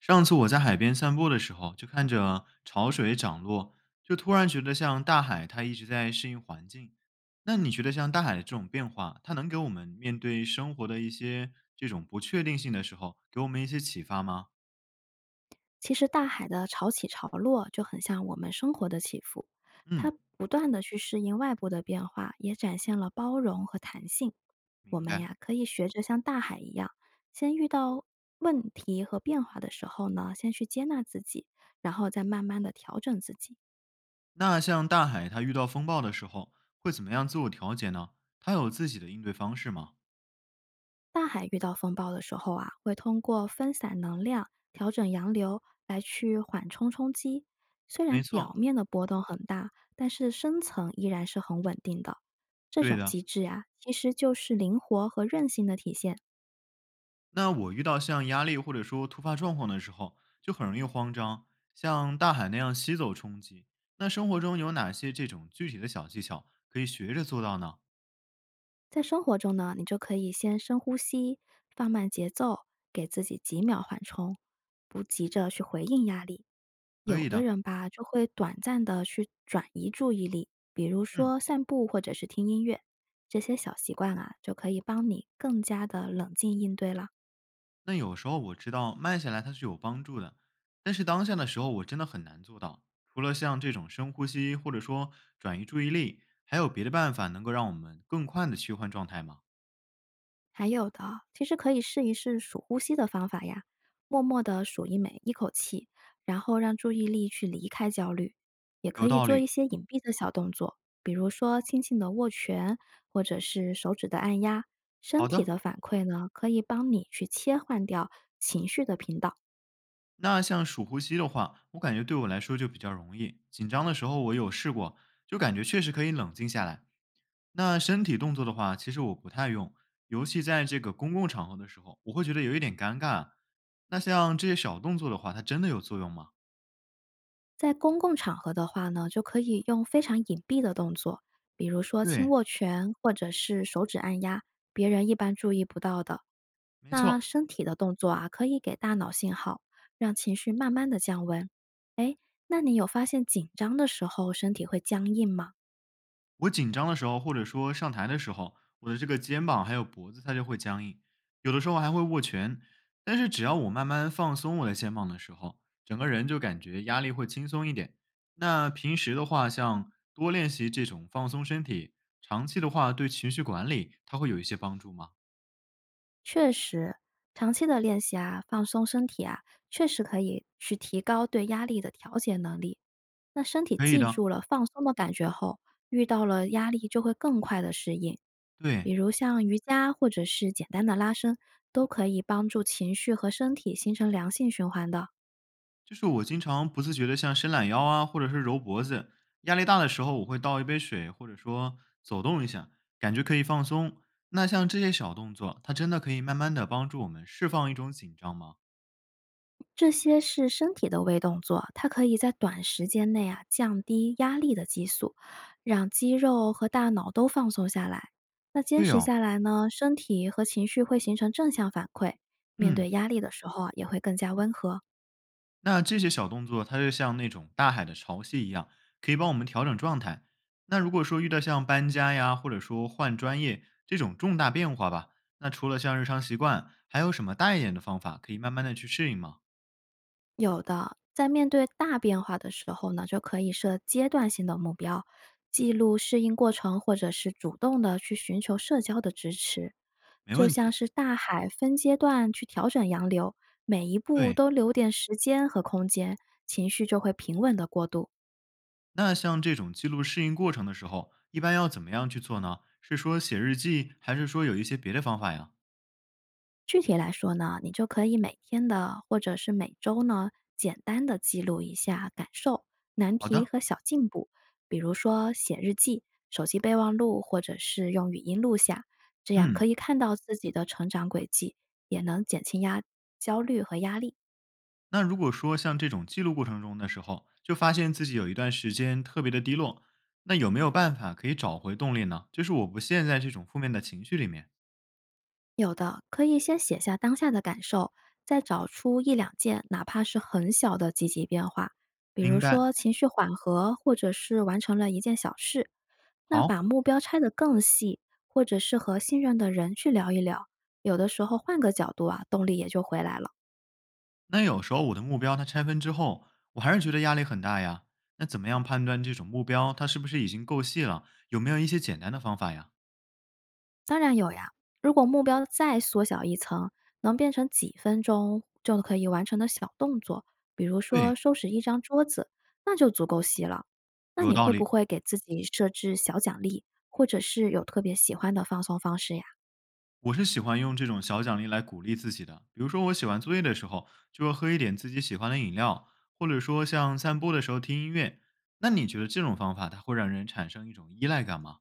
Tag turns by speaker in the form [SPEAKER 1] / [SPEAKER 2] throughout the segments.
[SPEAKER 1] 上次我在海边散步的时候，就看着潮水涨落，就突然觉得像大海它一直在适应环境。那你觉得像大海的这种变化，它能给我们面对生活的一些这种不确定性的时候，给我们一些启发吗？
[SPEAKER 2] 其实大海的潮起潮落就很像我们生活的起伏，
[SPEAKER 1] 嗯，
[SPEAKER 2] 它不断的去适应外部的变化，也展现了包容和弹性。我
[SPEAKER 1] 明
[SPEAKER 2] 们
[SPEAKER 1] 白。
[SPEAKER 2] 呀，可以学着像大海一样，先遇到问题和变化的时候呢，先去接纳自己，然后再慢慢的调整自己。
[SPEAKER 1] 那像大海它遇到风暴的时候，会怎么样自我调节呢？它有自己的应对方式吗？
[SPEAKER 2] 大海遇到风暴的时候啊，会通过分散能量、调整洋流来去缓冲冲击。虽然
[SPEAKER 1] 没
[SPEAKER 2] 表
[SPEAKER 1] 错，
[SPEAKER 2] 面的波动很大，但是深层依然是很稳定的。这
[SPEAKER 1] 对
[SPEAKER 2] 种
[SPEAKER 1] 的。
[SPEAKER 2] 机制啊，其实就是灵活和韧性的体现。
[SPEAKER 1] 那我遇到像压力或者说突发状况的时候，就很容易慌张，像大海那样吸走冲击。那生活中有哪些这种具体的小技巧可以学着做到呢？
[SPEAKER 2] 在生活中呢，你就可以先深呼吸，放慢节奏，给自己几秒缓冲，不急着去回应压力。
[SPEAKER 1] 可
[SPEAKER 2] 有
[SPEAKER 1] 以
[SPEAKER 2] 的
[SPEAKER 1] 的，
[SPEAKER 2] 人吧，就会短暂的去转移注意力，比如
[SPEAKER 1] 嗯。
[SPEAKER 2] 说散步或者是听音乐，这些小习惯啊，就可以帮你更加的冷静应对了。
[SPEAKER 1] 那有时候我知道慢下来它是有帮助的，但是当下的时候我真的很难做到。除了像这种深呼吸或者说转移注意力，还有别的办法能够让我们更快的切换状态吗？
[SPEAKER 2] 还有的，其实可以试一试数呼吸的方法呀，默默的数一每一口气，然后让注意力去离开焦虑。也
[SPEAKER 1] 有
[SPEAKER 2] 可以
[SPEAKER 1] 道
[SPEAKER 2] 做
[SPEAKER 1] 理。
[SPEAKER 2] 一些隐蔽的小动作，比如说轻轻的握拳，或者是手指的按压。身
[SPEAKER 1] 好
[SPEAKER 2] 体
[SPEAKER 1] 的，
[SPEAKER 2] 的反馈呢，可以帮你去切换掉情绪的频道。
[SPEAKER 1] 那像数呼吸的话，我感觉对我来说就比较容易。紧张的时候我有试过，就感觉确实可以冷静下来。那身体动作的话，其实我不太用，尤其在这个公共场合的时候，我会觉得有一点尴尬。那像这些小动作的话，它真的有作用吗？
[SPEAKER 2] 在公共场合的话呢，就可以用非常隐蔽的动作，比如说轻
[SPEAKER 1] 对，
[SPEAKER 2] 握拳或者是手指按压，别人一般注意不到的。
[SPEAKER 1] 没
[SPEAKER 2] 那
[SPEAKER 1] 错，
[SPEAKER 2] 身体的动作啊，可以给大脑信号，让情绪慢慢的降温。哎，那你有发现紧张的时候身体会僵硬吗？
[SPEAKER 1] 我紧张的时候，或者说上台的时候，我的这个肩膀还有脖子它就会僵硬，有的时候还会握拳。但是只要我慢慢放松我的肩膀的时候，整个人就感觉压力会轻松一点。那平时的话，像多练习这种放松身体，长期的话对情绪管理它会有一些帮助吗？
[SPEAKER 2] 确实，长期的练习啊，放松身体啊，确实可以去提高对压力的调节能力。那身体
[SPEAKER 1] 可以
[SPEAKER 2] 记
[SPEAKER 1] 的，
[SPEAKER 2] 住了放松的感觉后，遇到了压力就会更快的适应。
[SPEAKER 1] 对。
[SPEAKER 2] 比如像瑜伽或者是简单的拉伸，都可以帮助情绪和身体形成良性循环的。
[SPEAKER 1] 就是我经常不自觉的像伸懒腰啊，或者是揉脖子，压力大的时候我会倒一杯水，或者说走动一下，感觉可以放松。那像这些小动作，它真的可以慢慢的帮助我们释放一种紧张吗？
[SPEAKER 2] 这些是身体的微动作，它可以在短时间内啊降低压力的激素，让肌肉和大脑都放松下来。那坚
[SPEAKER 1] 对
[SPEAKER 2] 持
[SPEAKER 1] 哦，
[SPEAKER 2] 下来呢，身体和情绪会形成正向反馈，面
[SPEAKER 1] 嗯，
[SPEAKER 2] 对压力的时候啊也会更加温和。
[SPEAKER 1] 那这些小动作它就像那种大海的潮汐一样，可以帮我们调整状态。那如果说遇到像搬家呀，或者说换专业这种重大变化吧，那除了像日常习惯，还有什么大一点的方法可以慢慢的去适应吗？
[SPEAKER 2] 有的，在面对大变化的时候呢，就可以设阶段性的目标，记录适应过程，或者是主动的去寻求社交的支持，
[SPEAKER 1] 没
[SPEAKER 2] 就
[SPEAKER 1] 问
[SPEAKER 2] 像
[SPEAKER 1] 题。
[SPEAKER 2] 是大海分阶段去调整洋流，每一步
[SPEAKER 1] 对，
[SPEAKER 2] 都留点时间和空间，情绪就会平稳的过渡。
[SPEAKER 1] 那像这种记录适应过程的时候，一般要怎么样去做呢？是说写日记，还是说有一些别的方法呀？
[SPEAKER 2] 具体来说呢，你就可以每天的或者是每周呢，简单的记录一下感受、难
[SPEAKER 1] 好
[SPEAKER 2] 题
[SPEAKER 1] 的，
[SPEAKER 2] 和小进步，比如说写日记、手机备忘录，或者是用语音录下，这样可
[SPEAKER 1] 嗯，
[SPEAKER 2] 以看到自己的成长轨迹，也能减轻压焦虑和压力。
[SPEAKER 1] 那如果说像这种记录过程中的时候，就发现自己有一段时间特别的低落，那有没有办法可以找回动力呢？就是我不陷在这种负面的情绪里面。
[SPEAKER 2] 有的可以先写下当下的感受，再找出一两件哪怕是很小的积极变化，比如
[SPEAKER 1] 明白。
[SPEAKER 2] 说情绪缓和，或者是完成了一件小事，那把
[SPEAKER 1] 好，
[SPEAKER 2] 目标拆得更细，或者是和信任的人去聊一聊，有的时候换个角度啊，动力也就回来了。
[SPEAKER 1] 那有时候我的目标它拆分之后，我还是觉得压力很大呀。那怎么样判断这种目标它是不是已经够细了？有没有一些简单的方法呀？
[SPEAKER 2] 当然有呀，如果目标再缩小一层，能变成几分钟就可以完成的小动作，比如说
[SPEAKER 1] 对，
[SPEAKER 2] 收拾一张桌子，那就足够细了。那
[SPEAKER 1] 有
[SPEAKER 2] 你
[SPEAKER 1] 道
[SPEAKER 2] 会不
[SPEAKER 1] 理。
[SPEAKER 2] 会给自己设置小奖励，或者是有特别喜欢的放松方式呀？
[SPEAKER 1] 我是喜欢用这种小奖励来鼓励自己的，比如说我写完作业的时候，就会喝一点自己喜欢的饮料，或者说像散步的时候听音乐。那你觉得这种方法它会让人产生一种依赖感吗？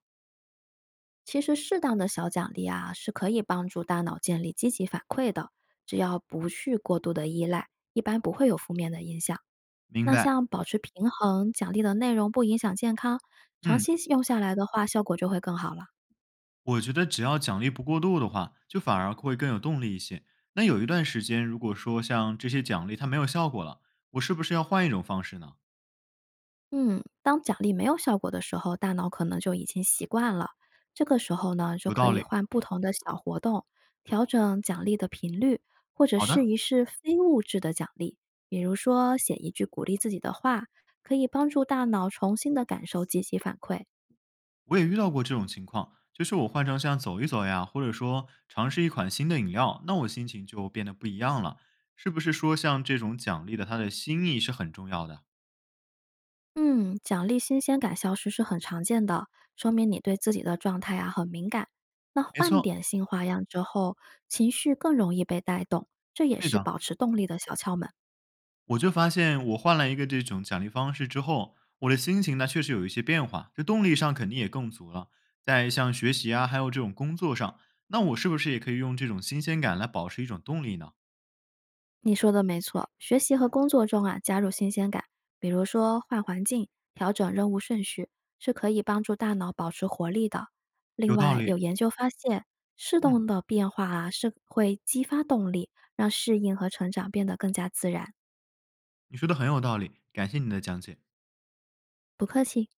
[SPEAKER 2] 其实适当的小奖励啊，是可以帮助大脑建立积极反馈的，只要不去过度的依赖，一般不会有负面的影响。
[SPEAKER 1] 明
[SPEAKER 2] 那
[SPEAKER 1] 白，
[SPEAKER 2] 像保持平衡，奖励的内容不影响健康，长
[SPEAKER 1] 嗯，
[SPEAKER 2] 期用下来的话，效果就会更好了。
[SPEAKER 1] 我觉得只要奖励不过度的话，就反而会更有动力一些。那有一段时间，如果说像这些奖励它没有效果了，我是不是要换一种方式呢？
[SPEAKER 2] 嗯，当奖励没有效果的时候，大脑可能就已经习惯了。这个时候呢，就
[SPEAKER 1] 有
[SPEAKER 2] 可
[SPEAKER 1] 道
[SPEAKER 2] 以
[SPEAKER 1] 理。
[SPEAKER 2] 换不同的小活动，调整奖励的频率，或者
[SPEAKER 1] 好
[SPEAKER 2] 试
[SPEAKER 1] 的。
[SPEAKER 2] 一试非物质的奖励，比如说写一句鼓励自己的话，可以帮助大脑重新的感受积极反馈。
[SPEAKER 1] 我也遇到过这种情况，就是我换成像走一走呀，或者说尝试一款新的饮料，那我心情就变得不一样了。是不是说像这种奖励的，它的心意是很重要的？
[SPEAKER 2] 嗯，奖励新鲜感消失是很常见的，说明你对自己的状态啊很敏感。那
[SPEAKER 1] 没
[SPEAKER 2] 换
[SPEAKER 1] 错，
[SPEAKER 2] 点新花样之后，情绪更容易被带动，这也
[SPEAKER 1] 对
[SPEAKER 2] 是
[SPEAKER 1] 的。
[SPEAKER 2] 保持动力的小窍门。
[SPEAKER 1] 我就发现我换了一个这种奖励方式之后，我的心情呢确实有一些变化，就动力上肯定也更足了。在像学习啊，还有这种工作上，那我是不是也可以用这种新鲜感来保持一种动力呢？
[SPEAKER 2] 你说的没错，学习和工作中啊，加入新鲜感，比如说换环境、调整任务顺序，是可以帮助大脑保持活力的。另
[SPEAKER 1] 有道
[SPEAKER 2] 外，有
[SPEAKER 1] 理，
[SPEAKER 2] 研究发现，适
[SPEAKER 1] 嗯，
[SPEAKER 2] 当的变化啊，是会激发动力，让适应和成长变得更加自然。
[SPEAKER 1] 你说的很有道理，感谢你的讲解。
[SPEAKER 2] 不客气。